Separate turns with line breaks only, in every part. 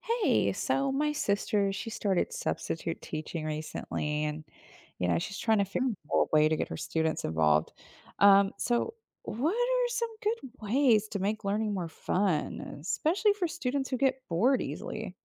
Hey, so my sister, she started substitute teaching recently, and she's trying to figure
Mm,
out a way to get her students involved. So what are some good ways to make learning more fun, especially for students who get bored easily?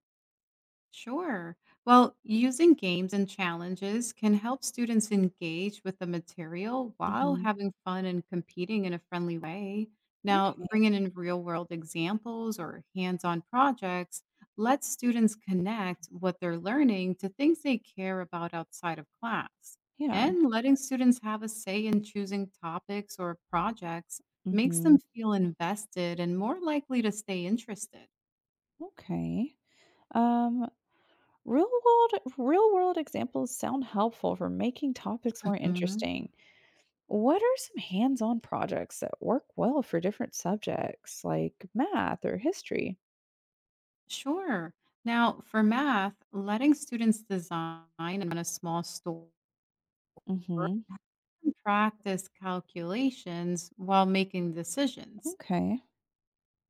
sure. Well, using games and challenges can help students engage with the material while
Hmm.
having fun and competing in a friendly way. Now,
Okay,
bringing in real world examples or hands on projects lets students connect what they're learning to things they care about outside of class.
yeah.
And letting students have a say in choosing topics or projects makes them
Hmm.
feel invested and more likely to stay interested.
Okay. Um, real world, real world examples sound helpful for making topics more
Mm-hmm.
interesting. What are some hands on projects that work well for different subjects like math or history?
Sure. Now, for math, letting students design and run a small store
Hmm.
and practice calculations while making decisions.
Okay.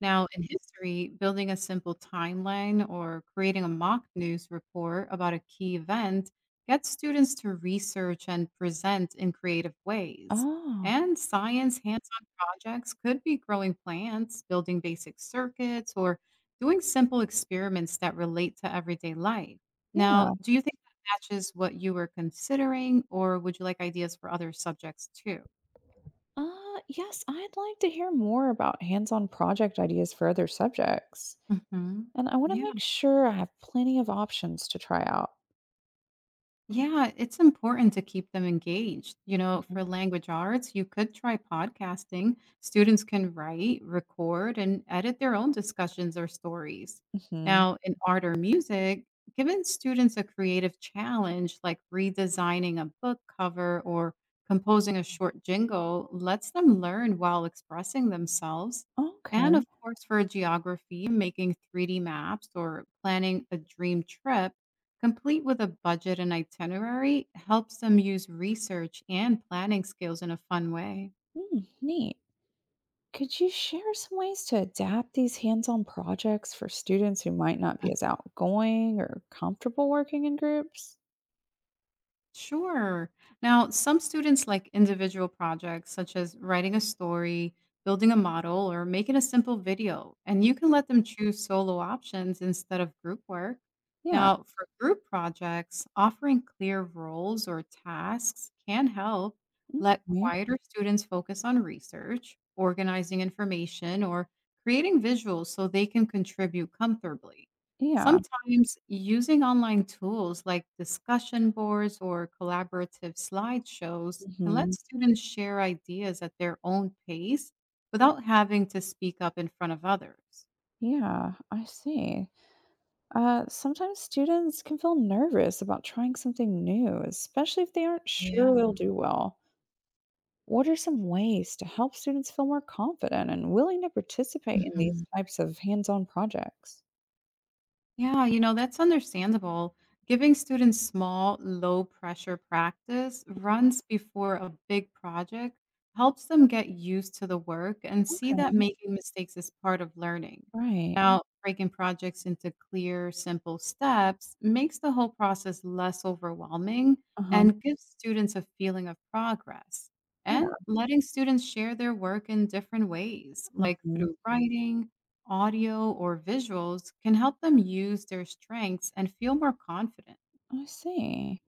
Now, in history, building a simple timeline or creating a mock news report about a key event gets students to research and present in creative ways.
Oh,
And science hands on projects could be growing plants, building basic circuits, or doing simple experiments that relate to everyday life. Now,
yeah.
do you think that matches what you were considering, or would you like ideas for other subjects too?
Yes, I'd like to hear more about hands on project ideas for other subjects.
Hmm.
And I want to make
Yeah.
sure I have plenty of options to try out.
Yeah, it's important to keep them engaged. You know, for language arts, you could try podcasting. Students can write, record, and edit their own discussions or stories.
Mm-hmm.
Now, in art or music, giving students a creative challenge like redesigning a book cover or composing a short jingle lets them learn while expressing themselves. And
Okay.
of course, for geography, making 3D maps or planning a dream trip complete with a budget and itinerary helps them use research and planning skills in a fun way.
Mm, neat. Could you share some ways to adapt these hands on projects for students who might not be as outgoing or comfortable working in groups?
Sure. Now, some students like individual projects such as writing a story, building a model, or making a simple video, and you can let them choose solo options instead of group work.
Yeah.
Now, for group projects, offering clear roles or tasks can help let
Okay.
quieter students focus on research, organizing information, or creating visuals so they can contribute comfortably.
Yeah.
Sometimes using online tools like discussion boards or collaborative slideshows can let
Mhm.
students share ideas at their own pace without having to speak up in front of others.
Yeah, I see. Sometimes students can feel nervous about trying something new, especially if they aren't sure
Yeah.
they'll do well. What are some ways to help students feel more confident and willing to participate in these
Mhm.
types of hands on projects?
Yeah, you know, that's understandable. Giving students small, low pressure practice runs before a big project helps them get used to the work and see that
Okay.
making mistakes is part of learning. Mhm.
Right.
Now, breaking projects into clear, simple steps makes the whole process less overwhelming
Uh huh.
and gives students a feeling of progress.
Yeah.
And letting students share their work in different ways, like
Hmm.
through writing, audio, or visuals can help them use their strengths and feel more confident.
I see.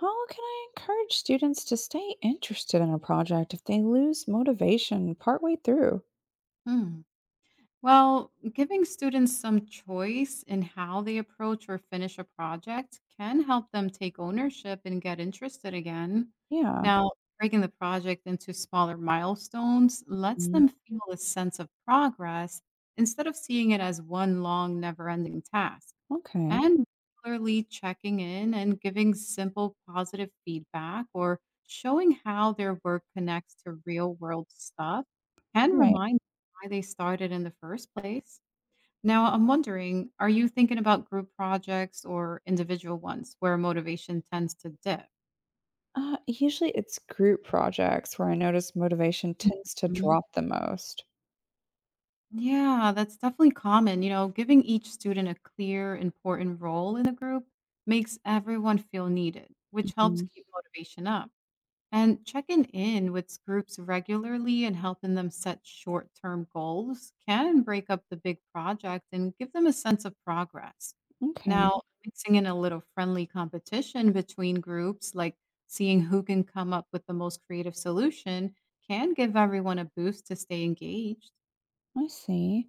How can I encourage students to stay interested in a project if they lose motivation partway through?
Hmm. Well, giving students some choice in how they approach or finish a project can help them take ownership and get interested again.
Yeah.
Now, breaking the project into smaller milestones lets
Mhm.
them feel a sense of progress instead of seeing it as one long, never ending task.
Okay.
And regularly checking in and giving simple positive feedback or showing how their work connects to real world stuff can
Right.
remind them why they started in the first place. Now, I'm wondering, are you thinking about group projects or individual ones where motivation tends to dip?
Usually it's group projects where I notice motivation tends to
Mhm.
drop the most.
Yeah, that's definitely common. You know, giving each student a clear, important role in the group makes everyone feel needed, which helps
Mhm.
keep motivation up. And checking in with groups regularly and helping them set short term goals can break up the big project and give them a sense of progress.
Okay,
Now, mixing in a little friendly competition between groups, like seeing who can come up with the most creative solution, can give everyone a boost to stay engaged.
I see.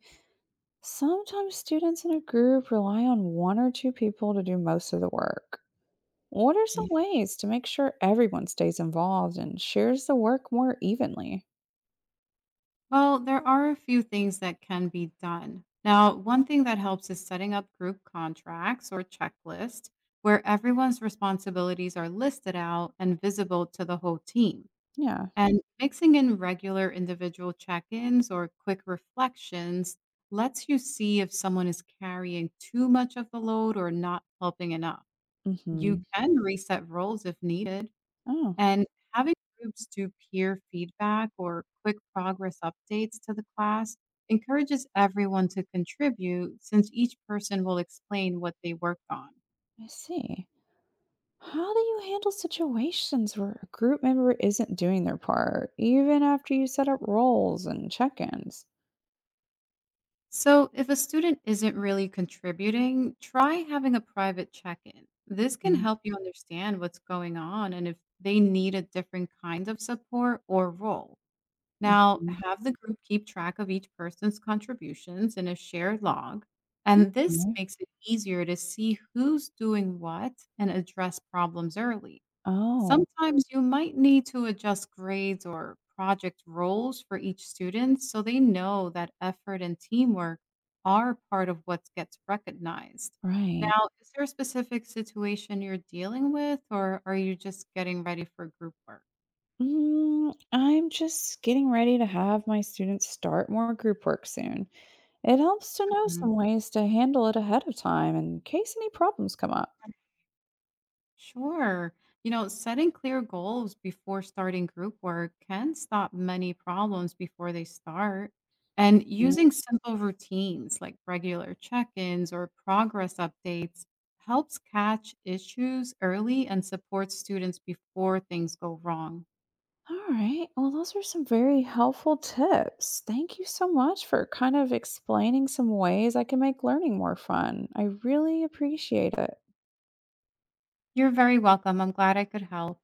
Sometimes students in a group rely on one or two people to do most of the work. What are some ways to make sure everyone stays involved and shares the work more evenly?
Well, there are a few things that can be done. Now, one thing that helps is setting up group contracts or checklists where everyone's responsibilities are listed out and visible to the whole team.
Yeah.
And mixing in regular individual check ins or quick reflections lets you see if someone is carrying too much of the load or not helping enough. You
Hmm.
can reset roles if needed,
Oh,
and having groups do peer feedback or quick progress updates to the class encourages everyone to contribute since each person will explain what they worked on.
I see. How do you handle situations where a group member isn't doing their part, even after you set up roles and check ins?
So, if a student isn't really contributing, try having a private check in. This can help you understand what's going on and if they need a different kind of support or role. Now, have the group keep track of each person's contributions in a shared log, and this
Okay.
makes it easier to see who's doing what and address problems early.
Oh,
Sometimes you might need to adjust grades or project roles for each student so they know that effort and teamwork are part of what gets recognized.
right.
Now, is there a specific situation you're dealing with, or are you just getting ready for group work?
Mm, I'm just getting ready to have my students start more group work soon. It helps to know some ways to handle it ahead of time in case any problems come up.
Sure. You know, setting clear goals before starting group work can stop many problems before they start. And
Mm.
using simple routines like regular check ins or progress updates helps catch issues early and supports students before things go wrong.
All right. Well, those are some very helpful tips. Thank you so much for kind of explaining some ways I can make learning more fun. I really appreciate it.
You're very welcome. I'm glad I could help.